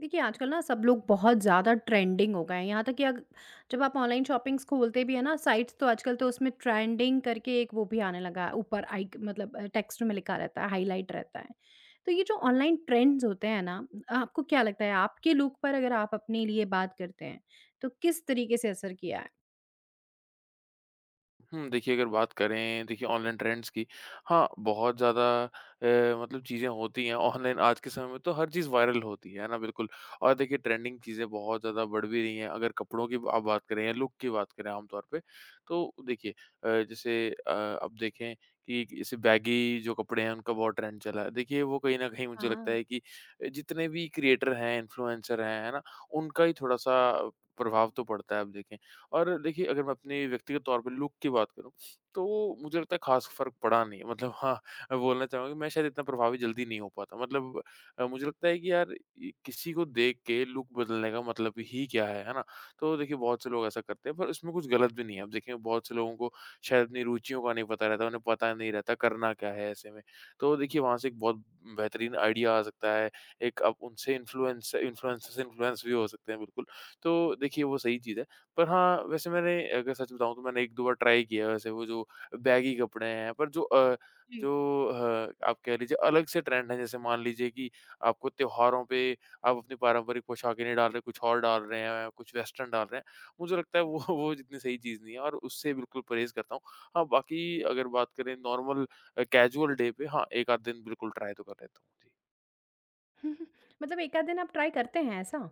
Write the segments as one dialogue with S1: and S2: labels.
S1: देखिए, आजकल ना सब लोग बहुत ज़्यादा ट्रेंडिंग हो गए हैं। यहाँ तक कि अग जब आप ऑनलाइन शॉपिंग्स खोलते भी हैं ना साइट्स तो आजकल तो उसमें ट्रेंडिंग करके एक वो भी आने लगा है। ऊपर आइक मतलब टेक्स्ट में लिखा रहता है, हाइलाइट रहता है। तो ये जो ऑनलाइन ट्रेंड्स होते हैं ना, आपको क्या लगता है आपके लुक पर अगर आप अपने लिए बात करते हैं, तो किस तरीके से असर किया है?
S2: हुँ, देखिए अगर बात करें देखिए ऑनलाइन ट्रेंड्स की, हाँ, बहुत ज़्यादा अ, मतलब चीज़ें होती हैं ऑनलाइन आज के समय में तो हर चीज़ वायरल होती है ना? बिल्कुल। और देखिए ट्रेंडिंग चीज़ें बहुत ज़्यादा बढ़ भी रही हैं। अगर कपड़ों की आप बात करें या लुक की बात करें आम तौर पे, तो देखिए अब देखें कि जैसे बैगी जो कपड़े हैं उनका बहुत ट्रेंड चला है। देखिए वो कहीं न कहीं मुझे लगता
S1: हाँ।
S2: है कि जितने भी क्रिएटर हैं, इन्फ्लुएंसर हैं, है ना? उनका ही थोड़ा-सा प्रभाव तो पड़ता है अब देखें। और देखिए अगर मैं अपने व्यक्तिगत तौर पे लुक की बात करूँ, तो मुझे लगता है ख़ास फ़र्क पड़ा नहीं है। मतलब हाँ, मैं बोलना चाहूँगा कि मैं शायद इतना प्रभावी जल्दी नहीं हो पाता। मतलब मुझे लगता है कि यार ये किसी को देख के लुक बदलने का मतलब ही क्या है ना? तो देखिए बहुत से लोग ऐसा करते हैं पर इसमें कुछ गलत भी नहीं है। अब देखिए बहुत से लोगों को शायद अपनी रुचियों का नहीं पता रहता, उन्हें पता नहीं रहता करना क्या है ऐसे में। तो देखिए वहाँ से एक बहुत बेहतरीन आइडिया आ सकता है। एक आप उनसे इन्फ्लुएंसर से इन्फ्लुएंस भी हो सकते हैं बिल्कुल। तो देखिए वो सही चीज़ है। पर हाँ, वैसे मैंने अगर सच बताऊँ तो मैंने 1-2 बार ट्राई किया वैसे वो जो बैगी कपड़े हैं, पर जो अ,
S1: जी।
S2: जो अ, आप कह लीजिए अलग से ट्रेंड है, जैसे मान लीजिए कि आपको त्योहारों पे आप अपनी पारंपरिक पोशाकें नहीं डाल रहे, कुछ और डाल रहे हैं, कुछ वेस्टर्न डाल रहे हैं। मुझे लगता है वो वो जितनी सही चीज़ नहीं है और उससे बिल्कुल परहेज़ करता हूँ। हाँ, बाकी अगर बात करें नॉर्मल कैजुअल डे पे हाँ, 1 आध दिन बिल्कुल ट्राई तो कर लेता हूँ। जी।
S1: मतलब एक आध दिन आप ट्राई करते हैं ऐसा?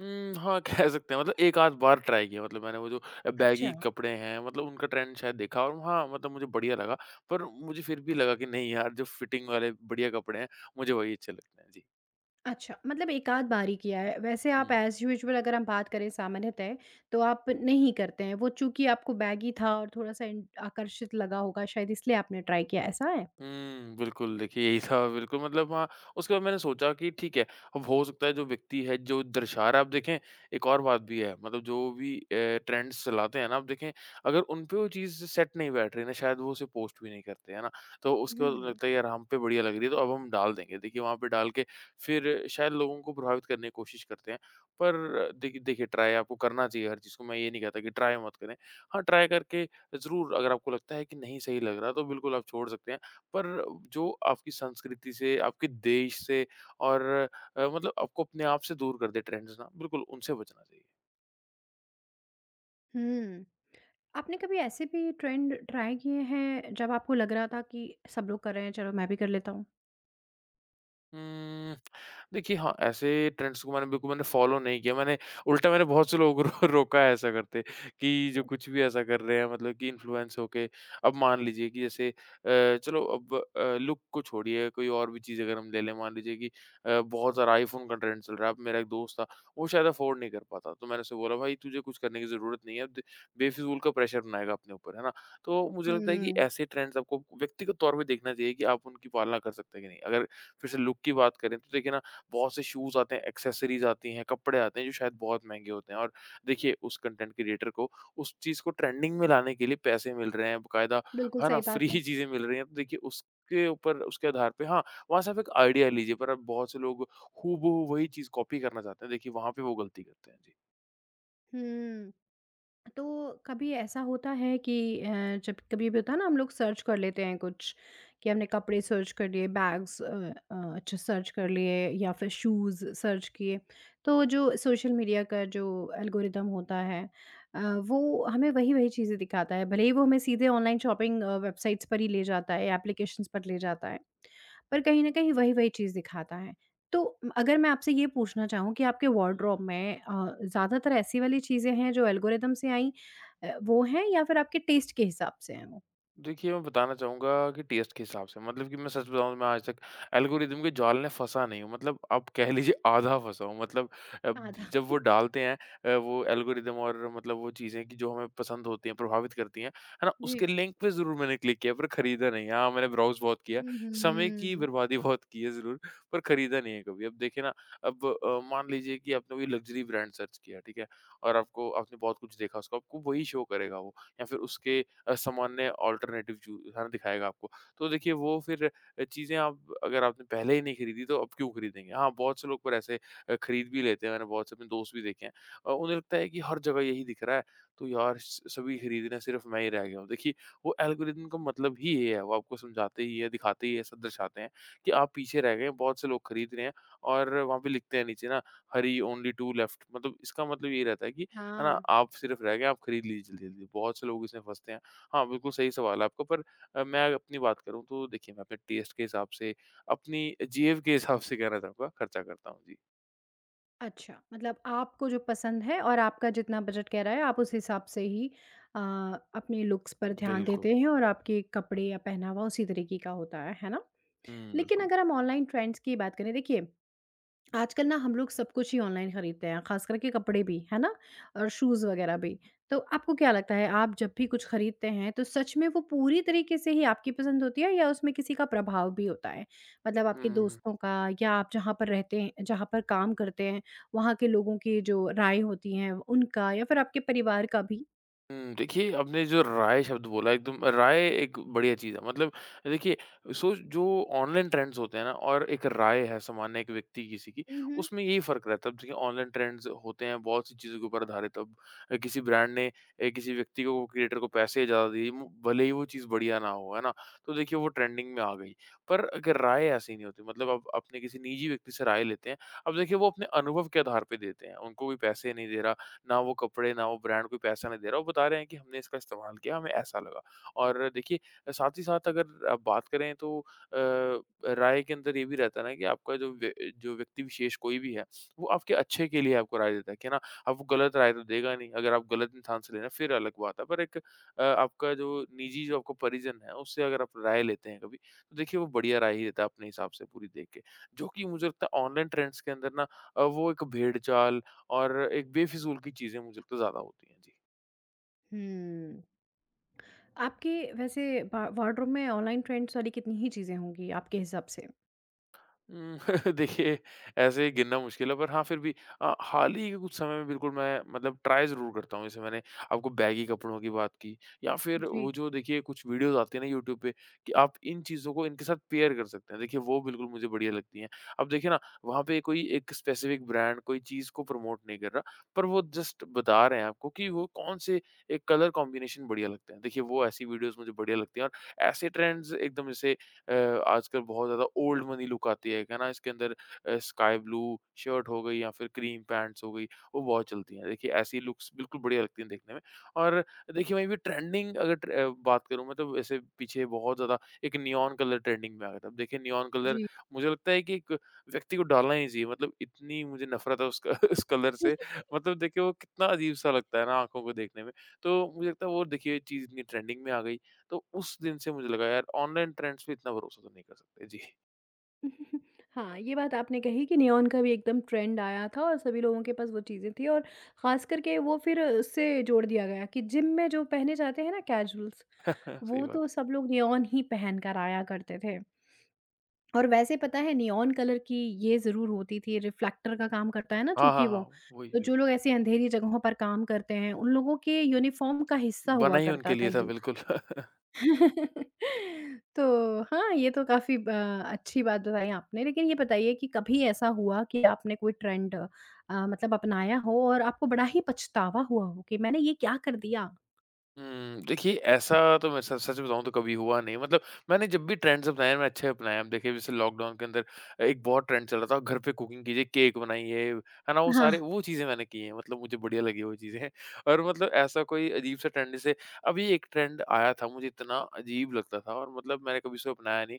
S2: हाँ, कह सकते हैं मतलब एक आध बार ट्राई किया मतलब मैंने वो जो
S1: अच्छा
S2: बैगी कपड़े हैं मतलब उनका ट्रेंड शायद देखा और हाँ, मतलब मुझे बढ़िया लगा। पर मुझे फिर भी लगा कि नहीं यार, जो फिटिंग वाले बढ़िया कपड़े हैं, मुझे वही अच्छे लगते हैं। जी।
S1: अच्छा, मतलब एकाध बार ही किया है। वैसे आप
S2: हुँ।
S1: एज़ यूजुअल अगर हम बात करें सामान्यतः, तो आप नहीं करते हैं। वो चूँकि आपको बैगी था और थोड़ा-सा इन आकर्षित लगा होगा शायद इसलिए आपने ट्राई किया, ऐसा है?
S2: हुँ, बिल्कुल, देखिए यही था बिल्कुल मतलब हाँ, उसके बाद मैंने सोचा कि ठीक है, अब हो सकता है जो व्यक्ति है जो दर्शा रहा है आप देखें एक और बात भी है मतलब जो भी ट्रेंड्स चलाते हैं ना आप देखें अगर उन पे वो चीज़ सेट नहीं बैठ रही ना शायद वो उसे पोस्ट भी नहीं करते, है ना? तो उसके बाद
S1: हुँ।
S2: लगता है यार हम पे बढ़िया लग रही है तो अब हम डाल देंगे, देखिए वहाँ पे डाल के फिर शायद लोगों को प्रभावित करने की कोशिश करते हैं। पर देखिए देखिए ट्राई आपको करना चाहिए हर चीज़ को, मैं ये नहीं कहता कि ट्राई मत करें। हाँ, ट्राई करके ज़रूर अगर आपको लगता है कि नहीं सही लग रहा तो बिल्कुल आप छोड़ सकते हैं। पर जो आपकी संस्कृति से, आपके देश से और मतलब आपको अपने आप से दूर कर दे ट्रेंड्स ना, बिल्कुल उनसे बचना चाहिए।
S1: हुँ। आपने कभी ऐसे भी ट्रेंड ट्राई किए हैं जब आपको लग रहा था कि सब लोग कर रहे हैं, चलो मैं भी कर लेता हूँ?
S2: उम, देखिए हाँ, ऐसे ट्रेंड्स को मैंने बिल्कुल मैंने फॉलो नहीं किया। मैंने उल्टा मैंने बहुत से लोगों को रोका है ऐसा करते कि जो कुछ भी ऐसा कर रहे हैं मतलब कि इन्फ्लुएंस होके अब मान लीजिए कि जैसे चलो अब लुक को छोड़िए कोई और भी चीज़ अगर हम ले लें मान लीजिए कि बहुत सारा आईफ़ोन का ट्रेंड चल रहा है। अब मेरा एक दोस्त था, वो शायद अफ़ोर्ड नहीं कर पाता। तो मैंने उसे बोला भाई तुझे कुछ करने की ज़रूरत नहीं है। अब बेफ़िज़ूल का प्रेशर बनाएगा अपने ऊपर, है ना? तो मुझे लगता है कि
S1: हुँ।
S2: ऐसे ट्रेंड्स आपको व्यक्तिगत तौर पे देखना चाहिए कि आप उनकी पालना कर सकते हैं कि नहीं। अगर फिर से लुक की बात करें तो देखिए ना बहुत से शूज़ आते हैं, एक्सेसरीज़ आती हैं, कपड़े आते हैं जो शायद बहुत महँगे होते हैं और देखिए उस कंटेंट क्रिएटर को उस चीज़ को ट्रेंडिंग में लाने के लिए पैसे मिल रहे हैं बकायदा,
S1: बिल्कुल
S2: है ना?
S1: सही बात
S2: फ्री
S1: है।
S2: चीज़ें मिल रही हैं तो देखिए उसके ऊपर उसके आधार पे हाँ, वहाँ से आप एक आइडिया लीजिए पर अब बहुत से लोग हूबहू वही चीज़ कॉपी करना चाहते हैं, देखिए वहाँ पे वो गलती करते हैं। जी।
S1: हुँ। तो कभी ऐसा होता है कि अ, जब कभी भी होता है ना हम लोग सर्च कर लेते हैं कुछ कि हमने कपड़े सर्च कर लिए बैग्स अच्छा सर्च कर लिए या फिर शूज़ सर्च किए तो जो सोशल मीडिया का जो एल्गोरिदम होता है अ, वो हमें वही वही चीज़ें दिखाता है भले ही वो हमें सीधे ऑनलाइन शॉपिंग वेबसाइट्स पर ही ले जाता है एप्लीकेशंस पर ले जाता है पर कहीं न कहीं वही-वही चीज़ दिखाता है। तो अगर मैं आपसे ये पूछना चाहूँ कि आपके वार्डरोब में ज़्यादातर ऐसी वाली चीज़ें हैं जो एल्गोरिदम से आई वो हैं या फिर आपके टेस्ट के हिसाब से हैं वो?
S2: देखिए, मैं बताना चाहूँगा कि टेस्ट के हिसाब से मतलब कि मैं सच बताऊँ मैं आज तक एल्गोरिदम के जाल में फँसा नहीं हूँ। मतलब आप कह लीजिए आधा फँसा हूँ मतलब अब
S1: आधा,
S2: जब वो डालते हैं वो एल्गोरिदम और मतलब वो चीज़ें कि जो हमें पसंद होती हैं, प्रभावित करती हैं, है ना?
S1: जी।
S2: उसके लिंक पे ज़रूर मैंने क्लिक किया पर खरीदा नहीं। हाँ, मैंने ब्राउज़ बहुत किया,
S1: हुँ,
S2: समय की
S1: हुँ।
S2: बर्बादी बहुत की है ज़रूर, पर खरीदा नहीं है कभी। अब देखिए ना अब मान लीजिए कि आपने कोई लग्ज़री ब्रांड सर्च किया, ठीक है? और आपको आपने बहुत कुछ देखा उसको, आपको वही शो करेगा वो या फिर उसके सामान्य अल्टरनेटिव चू है ना, दिखाएगा आपको। तो देखिए वो फिर चीज़ें आप अगर आपने पहले ही नहीं खरीदी तो अब क्यों खरीदेंगे? हाँ, बहुत से लोग पर ऐसे खरीद भी लेते हैं, मैंने बहुत से अपने दोस्त भी देखे हैं। उन्हें लगता है कि हर जगह यही दिख रहा है, तो यार स सभी खरीद रहे हैं, सिर्फ मैं ही रह गया हूँ। देखिए, वो एल्गोरिथम का मतलब ही ये है, वो आपको समझाते ही है, दिखाते ही ऐसा दर्शाते हैं कि आप पीछे रह गए हैं, बहुत से लोग खरीद रहे हैं और वहाँ पे लिखते हैं नीचे ना, "हरी ओनली 2 लेफ्ट" मतलब इसका मतलब ये रहता है कि है ना,
S1: हाँ,
S2: आप सिर्फ रह गए, आप खरीद लीजिए जल्दी-जल्दी। बहुत से लोग इसमें फँसते हैं। हाँ, बिल्कुल सही सवाल है आपका पर मैं अपनी बात करूँ तो देखिए मैं अपने टेस्ट के हिसाब से, अपनी जेब के हिसाब से कहना चाहूँगा खर्चा करता हूँ। जी।
S1: अच्छा मतलब आपको जो पसंद है और आपका जितना बजट कह रहा है आप उस हिसाब से ही अ, अपने लुक्स पर ध्यान
S2: बिल्कुल।
S1: देते हैं और आपके कपड़े या पहनावा उसी तरीके का होता है ना?
S2: हुँ,
S1: लेकिन
S2: बिल्कुल।
S1: अगर हम ऑनलाइन ट्रेंड्स की बात करें देखिए आजकल ना हम लोग सब कुछ ही ऑनलाइन खरीदते हैं, खास करके कपड़े भी, है ना? और शूज़ वगैरह भी। तो आपको क्या लगता है आप जब भी कुछ खरीदते हैं तो सच में वो पूरी तरीके से ही आपकी पसंद होती है या उसमें किसी का प्रभाव भी होता है? मतलब
S2: हुँ,
S1: आपके
S2: हुँ, हुँ।
S1: दोस्तों का या आप जहाँ पर रहते हैं जहाँ पर काम करते हैं, वहाँ के लोगों की जो राय होती हैं उनका या फिर आपके परिवार का भी?
S2: हुँ, देखिए आपने जो राय शब्द बोला एकदम राय एक बढ़िया चीज़ है। मतलब देखिए सो जो ऑनलाइन ट्रेंड्स होते हैं ना और एक राय है सामान्य एक व्यक्ति किसी की,
S1: उहुँ।
S2: उसमें यही फ़र्क रहता है। अब देखिए ऑनलाइन ट्रेंड्स होते हैं बहुत सी चीज़ों के ऊपर आधारित। अब किसी ब्रांड ने किसी व्यक्ति को क्रिएटर को पैसे ज़्यादा दिए मु भले ही वो चीज़ बढ़िया ना हो, है ना? तो देखिए वो ट्रेंडिंग में आ गई। पर अगर राय ऐसी नहीं होती मतलब आप अपने किसी निजी व्यक्ति से राय लेते हैं। अब देखिए वो अपने अनुभव के आधार पे देते हैं। उनको कोई पैसे नहीं दे रहा। ना वो कपड़े, ना वो ब्रांड कोई पैसा नहीं दे रहा, वो बता रहे हैं कि हमने इसका इस्तेमाल किया, हमें ऐसा लगा। और देखिए साथ ही साथ अगर आप बात करें तो राय के अंदर ये भी रहता है ना कि आपका जो व्यक्ति विशेष कोई भी है, वो आपके अच्छे के लिए आपको राय देता है, कि ना आपको गलत राय तो देगा नहीं, अगर आप गलत इंसान से ले रहे हैं फिर अलग बात है। पर एक आपका जो निजी जो आपका परिजन है, उससे अगर आप राय लेते हैं कभी, तो देखिए वो बढ़िया राय ही देता है अपने हिसाब से पूरी देख के। जो कि मुझे लगता है ऑनलाइन ट्रेंड्स के अंदर ना वो एक भेड़-चाल और एक बेफिज़ूल की चीज़ें मुझे लगता है ज़्यादा होती हैं। जी।
S1: हुँ। आपके वैसे वा वार्डरोब में ऑनलाइन ट्रेंड्स वाली कितनी ही चीज़ें होंगी आपके हिसाब से?
S2: उम, देखिए ऐसे ही गिनना मुश्किल है पर हाँ, फिर भी हाल ही के कुछ समय में बिल्कुल मैं मतलब ट्राई ज़रूर करता हूँ। जैसे मैंने आपको बैगी कपड़ों की बात की या फिर
S1: जी,
S2: वो जो देखिए कुछ वीडियोज़ आती हैं ना यूट्यूब पे कि आप इन चीज़ों को इनके साथ पेयर कर सकते हैं। देखिए वो बिल्कुल मुझे बढ़िया लगती हैं। अब देखिए ना वहाँ पे कोई एक स्पेसिफ़िक ब्रांड कोई चीज़ को प्रमोट नहीं कर रहा, पर वो जस्ट बता रहे हैं आपको कि वो कौन से एक कलर कॉम्बिनेशन बढ़िया लगते हैं। देखिए वो ऐसी वीडियोज़ मुझे बढ़िया लगती हैं और ऐसे ट्रेंड्स एकदम जैसे अ, आजकल बहुत ज़्यादा ओल्ड मनी लुक आती है ना? इसके अंदर स्काई ब्लू शर्ट हो गई या फिर क्रीम पैंट्स हो गई, वो बहुत चलती हैं। देखिए ऐसी लुक्स बिल्कुल बढ़िया लगती हैं देखने में। और देखिए वहीं पे ट्रेंडिंग अगर बात करूँ मैं तो वैसे पीछे बहुत ज़्यादा एक नियॉन कलर ट्रेंडिंग में आ गया था। अब देखिए नियॉन कलर
S1: जी।
S2: मुझे लगता है कि एक व्यक्ति को डालना ही नहीं चाहिए। मतलब इतनी मुझे नफ़रत है उसका उस कलर से। मतलब देखिए वो कितना अजीब-सा लगता है ना आँखों को देखने में। तो मुझे लगता है वो देखिए चीज़ इतनी ट्रेंडिंग में आ गई तो उस दिन से मुझे लगा यार ऑनलाइन ट्रेंड्स पे इतना भरोसा तो नहीं कर सकते। जी।
S1: हाँ, ये बात आपने कही कि नियॉन का भी एकदम ट्रेंड आया था और सभी लोगों के पास वो चीज़ें थी और ख़ास करके वो फिर उससे जोड़ दिया गया कि जिम में जो पहने जाते हैं ना कैजुअल्स,
S2: सही
S1: वो
S2: बात
S1: तो
S2: है।
S1: सब लोग नियॉन ही पहन कर आया करते थे। और वैसे पता है नियॉन कलर की ये ज़रूर होती थी रिफ्लेक्टर का काम करता है ना
S2: हाँ, हाँ,
S1: चूँकि वो,
S2: हाँ। वही
S1: तो जो
S2: बिल्कुल।
S1: लोग ऐसी अंधेरी जगहों पर काम करते हैं, उन लोगों के यूनिफ़ॉर्म का हिस्सा
S2: बना
S1: हुआ
S2: ही उनके
S1: करता था
S2: लिए था
S1: ये।
S2: बिल्कुल।
S1: तो हाँ, ये तो काफ़ी ब अच्छी बात बताई आपने। लेकिन ये बताइए कि कभी ऐसा हुआ कि आपने कोई ट्रेंड मतलब अपनाया हो और आपको बड़ा ही पछतावा हुआ हो कि मैंने ये क्या कर दिया?
S2: हुँ, देखिए ऐसा तो मैं स सच बताऊँ तो कभी हुआ नहीं। मतलब मैंने जब भी ट्रेंड्स अपनाए मैं अच्छे अपनाए हैं। अब देखिए जैसे लॉकडाउन के अंदर एक बहुत ट्रेंड चल रहा था घर पे कुकिंग कीजिए, केक बनाइए, है ना? वो
S1: हाँ।
S2: सारे वो चीज़ें मैंने की हैं। मतलब मुझे बढ़िया लगी वो चीज़ें। और मतलब ऐसा कोई अजीब सा ट्रेंड जैसे अभी एक ट्रेंड आया था मुझे इतना अजीब लगता था और मतलब मैंने कभी उसे अपनाया नहीं।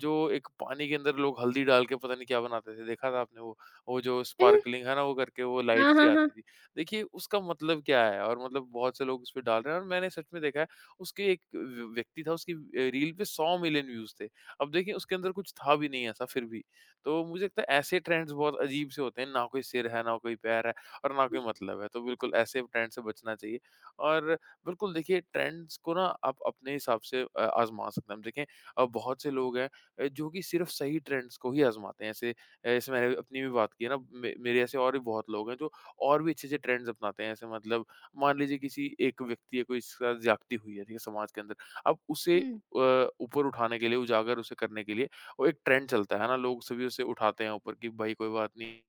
S2: जो एक पानी के अंदर लोग हल्दी डाल के पता नहीं क्या बनाते थे, देखा था आपने वो? वो जो
S1: हम्म,
S2: स्पार्कलिंग है ना, वो करके वो लाइट
S1: हाँ,
S2: सी
S1: हाँ, हाँ।
S2: आती थी। देखिए उसका मतलब क्या है? और मतलब बहुत से लोग उस पे डाल रहे हैं और मैंने सच में देखा है उसके एक व्यक्ति था। उसकी रील पे 100 मिलियन व्यूज़ थे। अब देखिए उसके अंदर कुछ था भी नहीं ऐसा फिर भी। तो मुझे लगता है ऐसे ट्रेंड्स बहुत अजीब से होते हैं, ना कोई सिर है, ना कोई पैर है और ना कोई मतलब है। तो बिल्कुल ऐसे ट्रेंड से बचना चाहिए। और बिल्कुल देखिए ट्रेंड्स को ना आप अपने हिसाब से आज़मा सकते हैं। अब देखें बहुत से लोग हैं जो कि सिर्फ सही ट्रेंड्स को ही आज़माते हैं। जैसे मैंने अपनी भी बात की है ना, मे मेरे ऐसे और भी बहुत लोग हैं जो और भी अच्छे-अच्छे ट्रेंड्स अपनाते हैं। ऐसे मतलब मान लीजिए किसी एक व्यक्ति है, कोई इसके साथ ज़्यादती हुई है, ठीक है, समाज के अंदर। अब उसे
S1: हुँ,
S2: ऊपर उठाने के लिए, उजागर उसे करने के लिए वो एक ट्रेंड चलता है ना, लोग सभी उसे उठाते हैं ऊपर कि भाई कोई बात नहीं,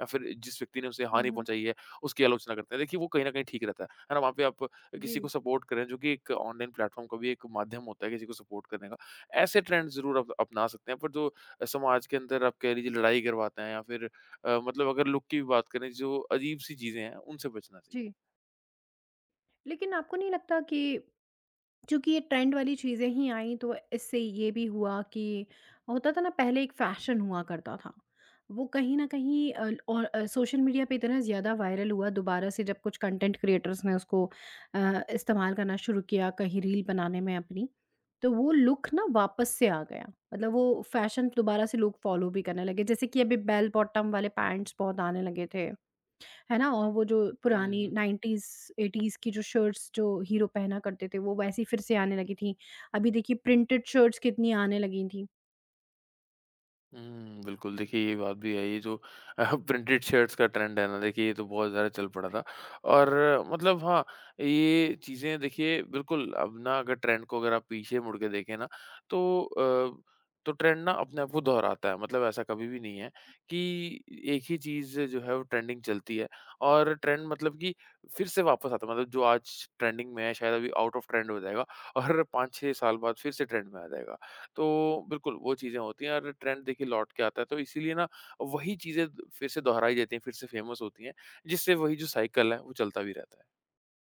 S2: या फिर जिस व्यक्ति ने उसे
S1: हुँ,
S2: हानि
S1: हुँ।
S2: पहुँचाई है, उसकी आलोचना करते हैं। देखिए, वो कहीं न कहीं ठीक रहता है। है ना? वहाँ पे आप किसी को
S1: जी,
S2: सपोर्ट करें, जो कि एक ऑनलाइन प्लेटफ़ॉर्म का भी एक माध्यम होता है किसी को सपोर्ट करने का। ऐसे ट्रेंड ज़रूर अप अपना सकते हैं, पर जो समाज के अंदर आप कह लीजिए लड़ाई करवाते हैं या फिर मतलब अगर लुक की भी बात करें, जो अजीब-सी चीज़ें हैं, उनसे बचना चाहिए।
S1: जी। लेकिन आपको नहीं लगता कि चूँकि ये ट्रेंड वाली चीज़ें ही आई तो इससे ये भी हुआ कि होता था ना पहले एक फ़ैशन हुआ करता था। वो कहीं न कहीं अल और सोशल मीडिया पे इतना ज़्यादा वायरल हुआ दोबारा से जब कुछ कंटेंट क्रिएटर्स ने उसको इस्तेमाल करना शुरू किया कहीं रील बनाने में अपनी, तो वो लुक ना वापस से आ गया। मतलब वो फ़ैशन दोबारा से लोग फ़ॉलो भी करने लगे। जैसे कि अभी बेल बॉटम वाले पैंट्स बहुत आने लगे थे। है ना? और वो जो पुरानी
S2: हम्म।
S1: 90s, 80s की जो शर्ट्स जो हीरो पहना करते थे, वो वैसी फिर से आने लगी थी। अभी देखिए प्रिंटेड शर्ट्स कितनी आने लगी थी।
S2: हुँ, बिल्कुल, देखिए ये बात भी है, ये जो प्रिंटेड शर्ट्स का ट्रेंड है ना, देखिए ये तो बहुत ज़्यादा चल पड़ा था। और मतलब हाँ, ये चीज़ें देखिए बिल्कुल अब ना अगर ट्रेंड को अगर आप पीछे मुड़ के देखें ना, तो अ, तो ट्रेंड ना अपने आप को दोहराता है। मतलब ऐसा कभी भी नहीं है कि एक ही चीज़ जो है वो ट्रेंडिंग चलती है और ट्रेंड मतलब कि फिर से वापस आता है। मतलब जो आज ट्रेंडिंग में है शायद अभी आउट ऑफ ट्रेंड हो जाएगा और 5-6 साल बाद फिर से ट्रेंड में आ जाएगा। तो बिल्कुल वो चीज़ें होती हैं और ट्रेंड देखिए लौट के आता है। तो इसीलिए ना वही चीज़ें द फिर से दोहराई जाती हैं, फिर से फ़ेमस होती हैं, जिससे वही जो साइकिल है वो चलता भी रहता है।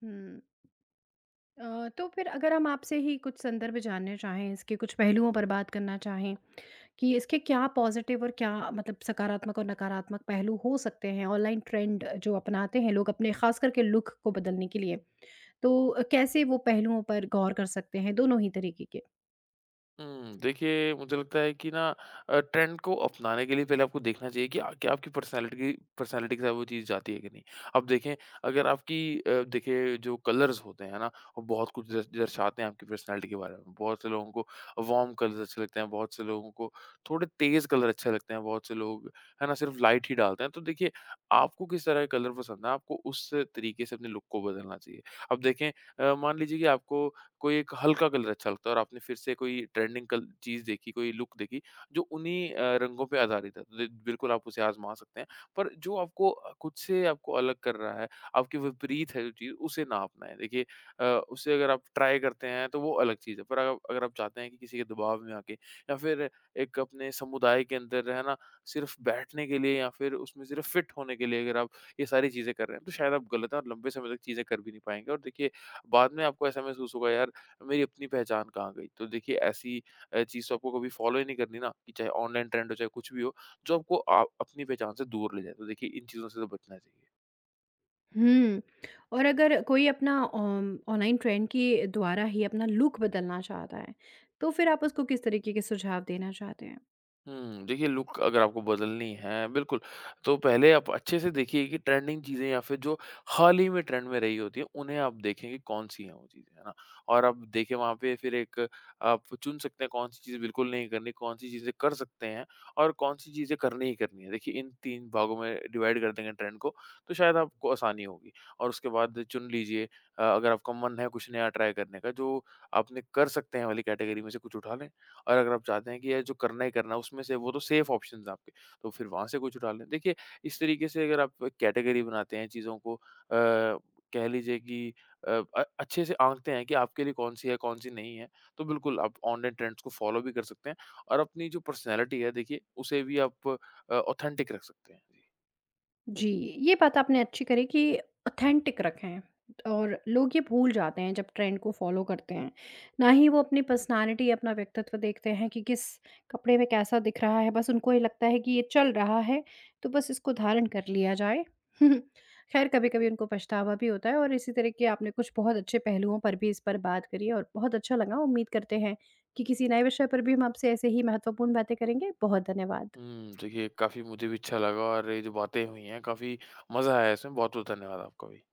S1: हुँ। तो फिर अगर हम आपसे ही कुछ संदर्भ जानने चाहें, इसके कुछ पहलुओं पर बात करना चाहें कि इसके क्या पॉज़िटिव और क्या मतलब सकारात्मक और नकारात्मक पहलू हो सकते हैं? ऑनलाइन ट्रेंड जो अपनाते हैं लोग अपने ख़ास करके लुक को बदलने के लिए, तो कैसे वो पहलुओं पर गौर कर सकते हैं दोनों ही तरीके के?
S2: हुँ, देखिए मुझे लगता है कि ना ट्रेंड को अपनाने के लिए पहले आपको देखना चाहिए कि आ क्या आपकी पर्सनैलिटी के साथ वो चीज़ जाती है कि नहीं। अब देखें अगर आपकी देखिए जो कलर्स होते हैं ना, वो बहुत कुछ दर दर्शाते हैं आपकी पर्सनैलिटी के बारे में। बहुत से लोगों को वार्म कलर्स अच्छे लगते हैं, बहुत से लोगों को थोड़े तेज़ कलर अच्छे लगते हैं, बहुत से लोग है ना सिर्फ़ लाइट ही डालते हैं। तो देखिए आपको किस तरह का कलर पसंद है, आपको उस तरीके से अपने लुक को बदलना चाहिए। अब देखें मान लीजिए कि आपको कोई एक हल्का कलर अच्छा लगता है और आपने फिर से कोई ट्रेंडिंग कल चीज़ देखी, कोई लुक देखी जो उन्हीं रंगों पे आधारित है। तो दे बिल्कुल आप उसे आज़मा सकते हैं। पर जो आपको खुद से आपको अलग कर रहा है, आपके विपरीत है जो चीज़ उसे ना अपनाएँ। देखिए उसे अगर आप ट्राई करते हैं तो वो अलग चीज़ है। पर अग अगर आप चाहते हैं कि किसी के दबाव में आके या फिर एक अपने समुदाय के अंदर है ना, सिर्फ़ बैठने के लिए या फिर उसमें सिर्फ़ फ़िट होने के लिए अगर आप ये सारी चीज़ें कर रहे हैं तो शायद आप गलत हैं और लंबे समय तक चीज़ें कर भी नहीं पाएँगे। और देखिए बाद में आपको ऐसा महसूस होगा यार मेरी अपनी पहचान कहाँ गई? तो देखिए ऐसी चीज़ तो आपको कभी फ़ॉलो ही नहीं करनी ना कि चाहे ऑनलाइन ट्रेंड हो, चाहे कुछ भी हो, जो आपको आ अपनी पहचान से दूर ले जाए। तो देखिए इन चीज़ों से तो बचना चाहिए।
S1: हुँ। और अगर कोई अपना ऑम ऑनलाइन ट्रेंड के द्वारा ही अपना लुक बदलना चाहता है, तो फिर आप उसको किस तरीके के सुझाव देना चाहते हैं?
S2: हुँ, देखिए लुक अगर आपको बदलनी है बिल्कुल, तो पहले आप अच्छे से देखिए कि ट्रेंडिंग चीज़ें या फिर जो हाल ही में ट्रेंड में रही होती हैं, उन्हें आप देखें कि कौन-सी हैं वो चीज़ें, है ना? और आप देखें वहाँ पे फिर एक आप चुन सकते हैं कौन-सी चीज़ें बिल्कुल नहीं करनी, कौन-सी चीज़ें कर सकते हैं और कौन-सी चीज़ें करनी ही करनी है। देखिए इन 3 भागों में डिवाइड कर देंगे ट्रेंड को, तो शायद आपको आसानी होगी और उसके बाद चुन लीजिए। अगर आपका मन है कुछ नया ट्राई करने का, जो आपने कर सकते हैं वाली कैटेगरी में से कुछ उठा लें। और अगर आप चाहते हैं कि ये जो करना ही करना है, उसमें से वो तो सेफ ऑप्शंस हैं आपके, तो फिर वहाँ से कुछ उठा लें। देखिए, इस तरीके से अगर आप कैटेगरी बनाते हैं चीज़ों को कह लीजिए कि अ, अच्छे से आँकते हैं कि आपके लिए कौन-सी है, कौन-सी नहीं है, तो बिल्कुल आप ऑनलाइन ट्रेंड्स को फ़ॉलो भी कर सकते हैं और अपनी जो पर्सनैलिटी है, देखिए, उसे भी आप ऑथेंटिक रख सकते हैं। जी।
S1: जी, ये बात आपने अच्छी करी कि ऑथेंटिक रखें और लोग ये भूल जाते हैं जब ट्रेंड को फॉलो करते हैं। ना ही वो अपनी पर्सनैलिटी, अपना व्यक्तित्व देखते हैं कि किस कपड़े में कैसा दिख रहा है, बस उनको ये लगता है कि ये चल रहा है, तो बस इसको धारण कर लिया जाए। खैर कभी-कभी उनको पछतावा भी होता है और इसी तरह के आपने कुछ बहुत अच्छे पहलुओं पर भी इस पर बात करी और बहुत अच्छा लगा। उम्मीद करते हैं कि किसी नए विषय पर भी हम आपसे ऐसे ही महत्वपूर्ण बातें करेंगे। बहुत धन्यवाद।
S2: हुँ, देखिए काफ़ी मुझे भी अच्छा लगा और ये जो बातें हुई हैं, काफ़ी मज़ा आया इसमें। बहुत-बहुत धन्यवाद आपका भी।